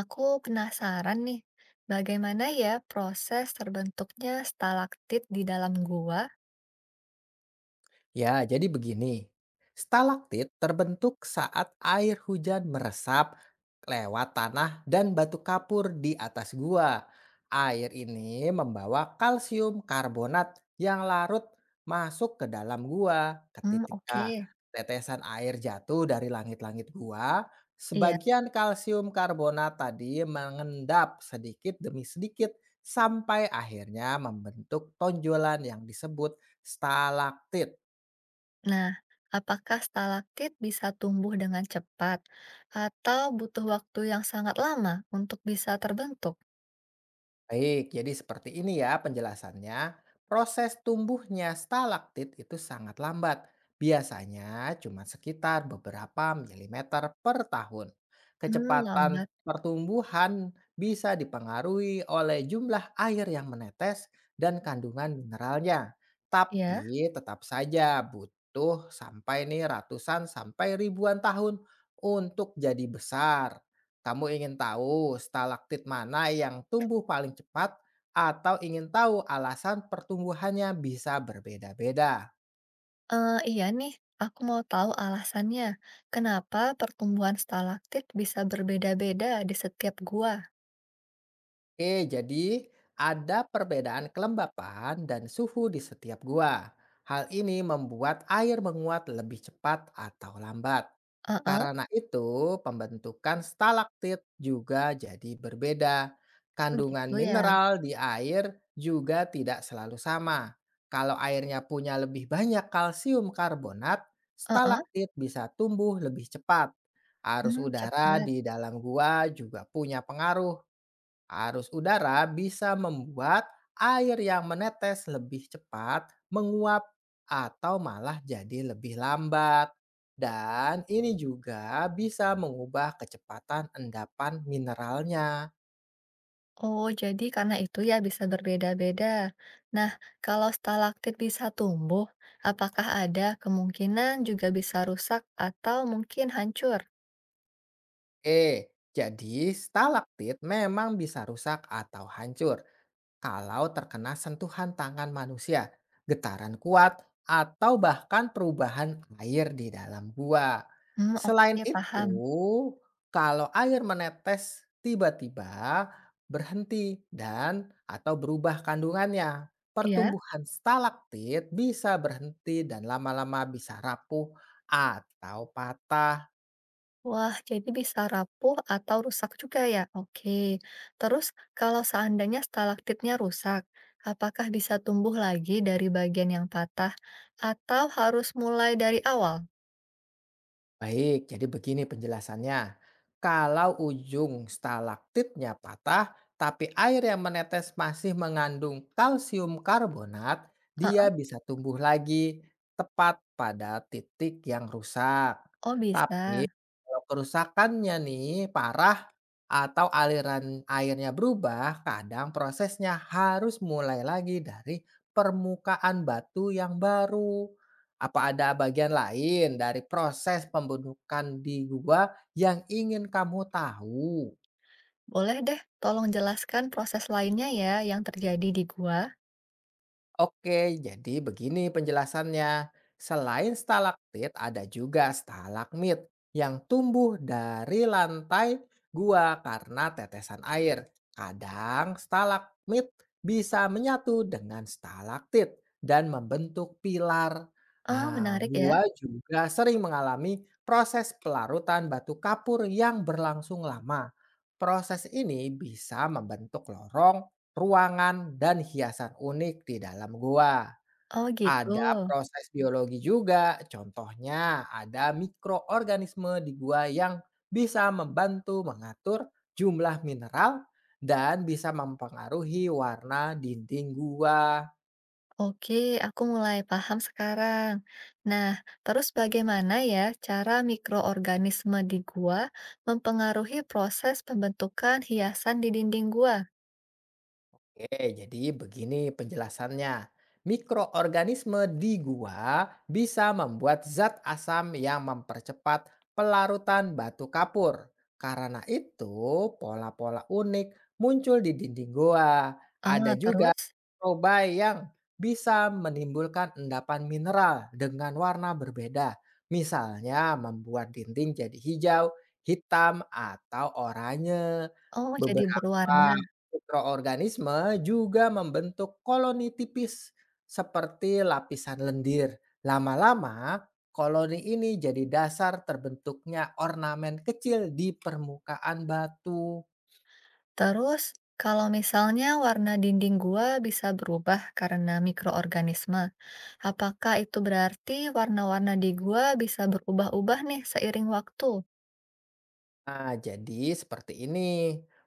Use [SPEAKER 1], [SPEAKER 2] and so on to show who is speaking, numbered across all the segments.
[SPEAKER 1] Aku penasaran nih, bagaimana ya proses terbentuknya stalaktit di dalam gua?
[SPEAKER 2] Ya, jadi begini. Stalaktit terbentuk saat air hujan meresap lewat tanah dan batu kapur di atas gua. Air ini membawa kalsium karbonat yang larut masuk ke dalam gua.
[SPEAKER 1] Hmm, oke.
[SPEAKER 2] Ketika tetesan air jatuh dari langit-langit gua,
[SPEAKER 1] Iya.
[SPEAKER 2] sebagian kalsium karbonat tadi mengendap sedikit demi sedikit sampai akhirnya membentuk tonjolan yang disebut stalaktit.
[SPEAKER 1] Nah, apakah stalaktit bisa tumbuh dengan cepat atau butuh waktu yang sangat lama untuk bisa terbentuk?
[SPEAKER 2] Baik, jadi seperti ini ya penjelasannya. Proses tumbuhnya stalaktit itu sangat lambat. Biasanya cuma sekitar beberapa milimeter per tahun.
[SPEAKER 1] Hmm,
[SPEAKER 2] Kecepatan
[SPEAKER 1] lambat.
[SPEAKER 2] pertumbuhan bisa dipengaruhi oleh jumlah air yang menetes dan kandungan mineralnya.
[SPEAKER 1] Ya.
[SPEAKER 2] Tapi tetap saja butuh sampai nih ratusan sampai ribuan tahun untuk jadi besar. Kamu ingin tahu stalaktit mana yang tumbuh paling cepat atau ingin tahu alasan pertumbuhannya bisa berbeda-beda?
[SPEAKER 1] Iya nih, aku mau tahu alasannya. Kenapa pertumbuhan stalaktit bisa berbeda-beda di setiap gua?
[SPEAKER 2] Oke, jadi ada perbedaan kelembapan dan suhu di setiap gua. Hal ini membuat air menguat lebih cepat atau lambat.
[SPEAKER 1] Heeh.
[SPEAKER 2] Karena itu, pembentukan stalaktit juga jadi berbeda.
[SPEAKER 1] Oh
[SPEAKER 2] Kandungan
[SPEAKER 1] gitu ya.
[SPEAKER 2] mineral di air juga tidak selalu sama. Kalau airnya punya lebih banyak kalsium karbonat,
[SPEAKER 1] Heeh.
[SPEAKER 2] stalaktit bisa tumbuh lebih cepat. Arus
[SPEAKER 1] Hmm,
[SPEAKER 2] udara
[SPEAKER 1] cepat.
[SPEAKER 2] di dalam gua juga punya pengaruh. Arus udara bisa membuat air yang menetes lebih cepat menguap atau malah jadi lebih lambat. Dan ini juga bisa mengubah kecepatan endapan mineralnya.
[SPEAKER 1] Oh, jadi karena itu ya bisa berbeda-beda. Nah, kalau stalaktit bisa tumbuh, apakah ada kemungkinan juga bisa rusak atau mungkin hancur?
[SPEAKER 2] Eh, jadi stalaktit memang bisa rusak atau hancur, kalau terkena sentuhan tangan manusia, getaran kuat, atau bahkan perubahan air di dalam gua.
[SPEAKER 1] Hmm,
[SPEAKER 2] Selain
[SPEAKER 1] oke,
[SPEAKER 2] itu,
[SPEAKER 1] paham.
[SPEAKER 2] kalau air menetes tiba-tiba berhenti dan atau berubah kandungannya,
[SPEAKER 1] Iya.
[SPEAKER 2] pertumbuhan stalaktit bisa berhenti dan lama-lama bisa rapuh atau patah.
[SPEAKER 1] Wah, jadi bisa rapuh atau rusak juga ya? Oke. Terus, kalau seandainya stalaktitnya rusak, apakah bisa tumbuh lagi dari bagian yang patah atau harus mulai dari awal?
[SPEAKER 2] Baik, jadi begini penjelasannya. Kalau ujung stalaktitnya patah, tapi air yang menetes masih mengandung kalsium karbonat,
[SPEAKER 1] Eh.
[SPEAKER 2] dia bisa tumbuh lagi tepat pada titik yang rusak.
[SPEAKER 1] Oh, bisa.
[SPEAKER 2] Tapi kalau kerusakannya nih parah atau aliran airnya berubah, kadang prosesnya harus mulai lagi dari permukaan batu yang baru. Apa ada bagian lain dari proses pembentukan di gua yang ingin kamu tahu?
[SPEAKER 1] Boleh deh, tolong jelaskan proses lainnya ya yang terjadi di gua.
[SPEAKER 2] Oke, jadi begini penjelasannya. Selain stalaktit, ada juga stalagmit yang tumbuh dari lantai gua karena tetesan air. Kadang stalagmit bisa menyatu dengan stalaktit dan membentuk pilar.
[SPEAKER 1] Oh,
[SPEAKER 2] Ah,
[SPEAKER 1] menarik ya.
[SPEAKER 2] gua juga sering mengalami proses pelarutan batu kapur yang berlangsung lama. Proses ini bisa membentuk lorong, ruangan, dan hiasan unik di dalam gua.
[SPEAKER 1] Oh, gitu.
[SPEAKER 2] Ada proses biologi juga, contohnya ada mikroorganisme di gua yang bisa membantu mengatur jumlah mineral dan bisa mempengaruhi warna dinding gua.
[SPEAKER 1] Oke, aku mulai paham sekarang. Nah, terus bagaimana ya cara mikroorganisme di gua mempengaruhi proses pembentukan hiasan di dinding gua?
[SPEAKER 2] Oke, jadi begini penjelasannya. Mikroorganisme di gua bisa membuat zat asam yang mempercepat pelarutan batu kapur. Karena itu, pola-pola unik muncul di dinding gua. Ada
[SPEAKER 1] Ah,
[SPEAKER 2] juga
[SPEAKER 1] terus?
[SPEAKER 2] mikroba yang bisa menimbulkan endapan mineral dengan warna berbeda. Misalnya membuat dinding jadi hijau, hitam, atau oranye.
[SPEAKER 1] Oh, jadi
[SPEAKER 2] Beberapa
[SPEAKER 1] berwarna.
[SPEAKER 2] mikroorganisme juga membentuk koloni tipis seperti lapisan lendir. Lama-lama, koloni ini jadi dasar terbentuknya ornamen kecil di permukaan batu.
[SPEAKER 1] Terus, kalau misalnya warna dinding gua bisa berubah karena mikroorganisme, apakah itu berarti warna-warna di gua bisa berubah-ubah nih seiring waktu?
[SPEAKER 2] Nah, jadi seperti ini.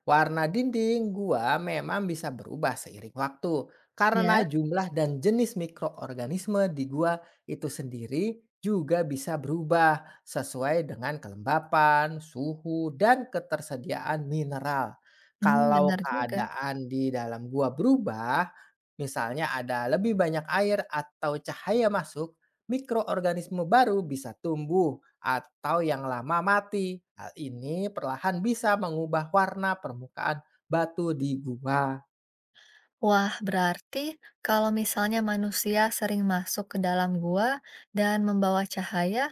[SPEAKER 2] Warna dinding gua memang bisa berubah seiring waktu karena
[SPEAKER 1] Ya,
[SPEAKER 2] jumlah dan jenis mikroorganisme di gua itu sendiri juga bisa berubah sesuai dengan kelembapan, suhu, dan ketersediaan mineral.
[SPEAKER 1] hmm,
[SPEAKER 2] Kalau
[SPEAKER 1] benar juga.
[SPEAKER 2] keadaan di dalam gua berubah, misalnya ada lebih banyak air atau cahaya masuk, mikroorganisme baru bisa tumbuh atau yang lama mati. Hal ini perlahan bisa mengubah warna permukaan batu di gua.
[SPEAKER 1] Wah, berarti kalau misalnya manusia sering masuk ke dalam gua dan membawa cahaya,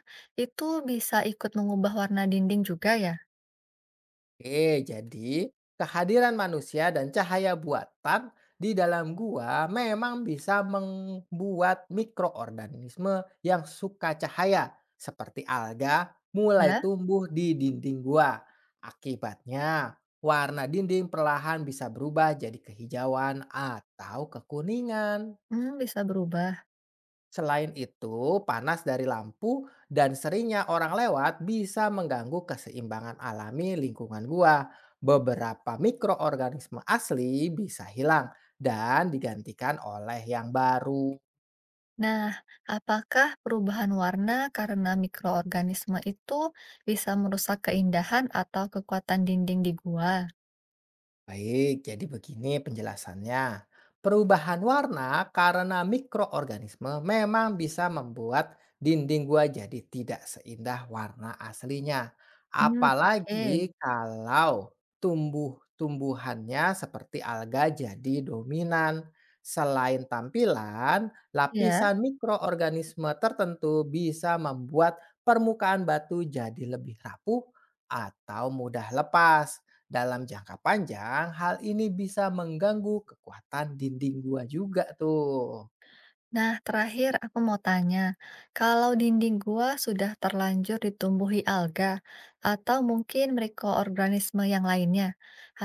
[SPEAKER 1] itu bisa ikut mengubah warna dinding juga ya?
[SPEAKER 2] Oke, jadi kehadiran manusia dan cahaya buatan di dalam gua memang bisa membuat mikroorganisme yang suka cahaya seperti alga mulai
[SPEAKER 1] Ya,
[SPEAKER 2] tumbuh di dinding gua. Akibatnya, warna dinding perlahan bisa berubah jadi kehijauan atau kekuningan.
[SPEAKER 1] hmm, bisa berubah.
[SPEAKER 2] Selain itu, panas dari lampu dan seringnya orang lewat bisa mengganggu keseimbangan alami lingkungan gua. Beberapa mikroorganisme asli bisa hilang dan digantikan oleh yang baru.
[SPEAKER 1] Nah, apakah perubahan warna karena mikroorganisme itu bisa merusak keindahan atau kekuatan dinding di gua?
[SPEAKER 2] Baik, jadi begini penjelasannya. Perubahan warna karena mikroorganisme memang bisa membuat dinding gua jadi tidak seindah warna aslinya.
[SPEAKER 1] Hmm, oke.
[SPEAKER 2] Apalagi kalau tumbuh-tumbuhannya seperti alga jadi dominan. Selain tampilan,
[SPEAKER 1] Ya.
[SPEAKER 2] lapisan mikroorganisme tertentu bisa membuat permukaan batu jadi lebih rapuh atau mudah lepas. Dalam jangka panjang, hal ini bisa mengganggu kekuatan dinding gua juga tuh.
[SPEAKER 1] Nah, terakhir aku mau tanya, kalau dinding gua sudah terlanjur ditumbuhi alga atau mungkin mikroorganisme yang lainnya,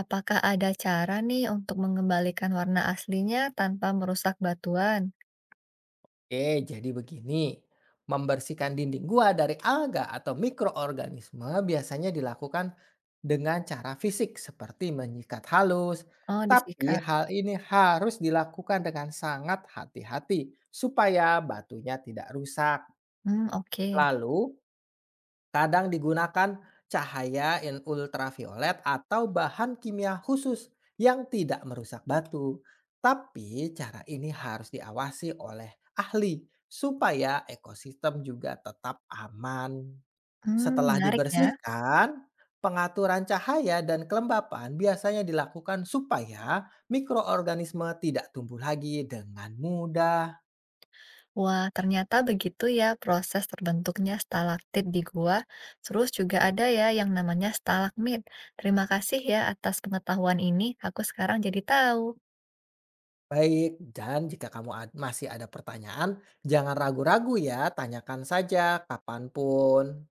[SPEAKER 1] apakah ada cara nih untuk mengembalikan warna aslinya tanpa merusak batuan?
[SPEAKER 2] Oke, jadi begini. Membersihkan dinding gua dari alga atau mikroorganisme biasanya dilakukan dengan cara fisik seperti menyikat halus.
[SPEAKER 1] Oh,
[SPEAKER 2] Tapi
[SPEAKER 1] disikat.
[SPEAKER 2] hal ini harus dilakukan dengan sangat hati-hati supaya batunya tidak rusak.
[SPEAKER 1] Hmm, oke.
[SPEAKER 2] Lalu kadang digunakan cahaya in ultraviolet atau bahan kimia khusus yang tidak merusak batu. Tapi cara ini harus diawasi oleh ahli supaya ekosistem juga tetap aman.
[SPEAKER 1] Hmm,
[SPEAKER 2] Setelah
[SPEAKER 1] menarik ya.
[SPEAKER 2] dibersihkan, pengaturan cahaya dan kelembapan biasanya dilakukan supaya mikroorganisme tidak tumbuh lagi dengan mudah.
[SPEAKER 1] Wah, ternyata begitu ya proses terbentuknya stalaktit di gua. Terus juga ada ya yang namanya stalagmit. Terima kasih ya atas pengetahuan ini. Aku sekarang jadi tahu.
[SPEAKER 2] Baik, dan jika kamu masih ada pertanyaan, jangan ragu-ragu ya, tanyakan saja kapanpun.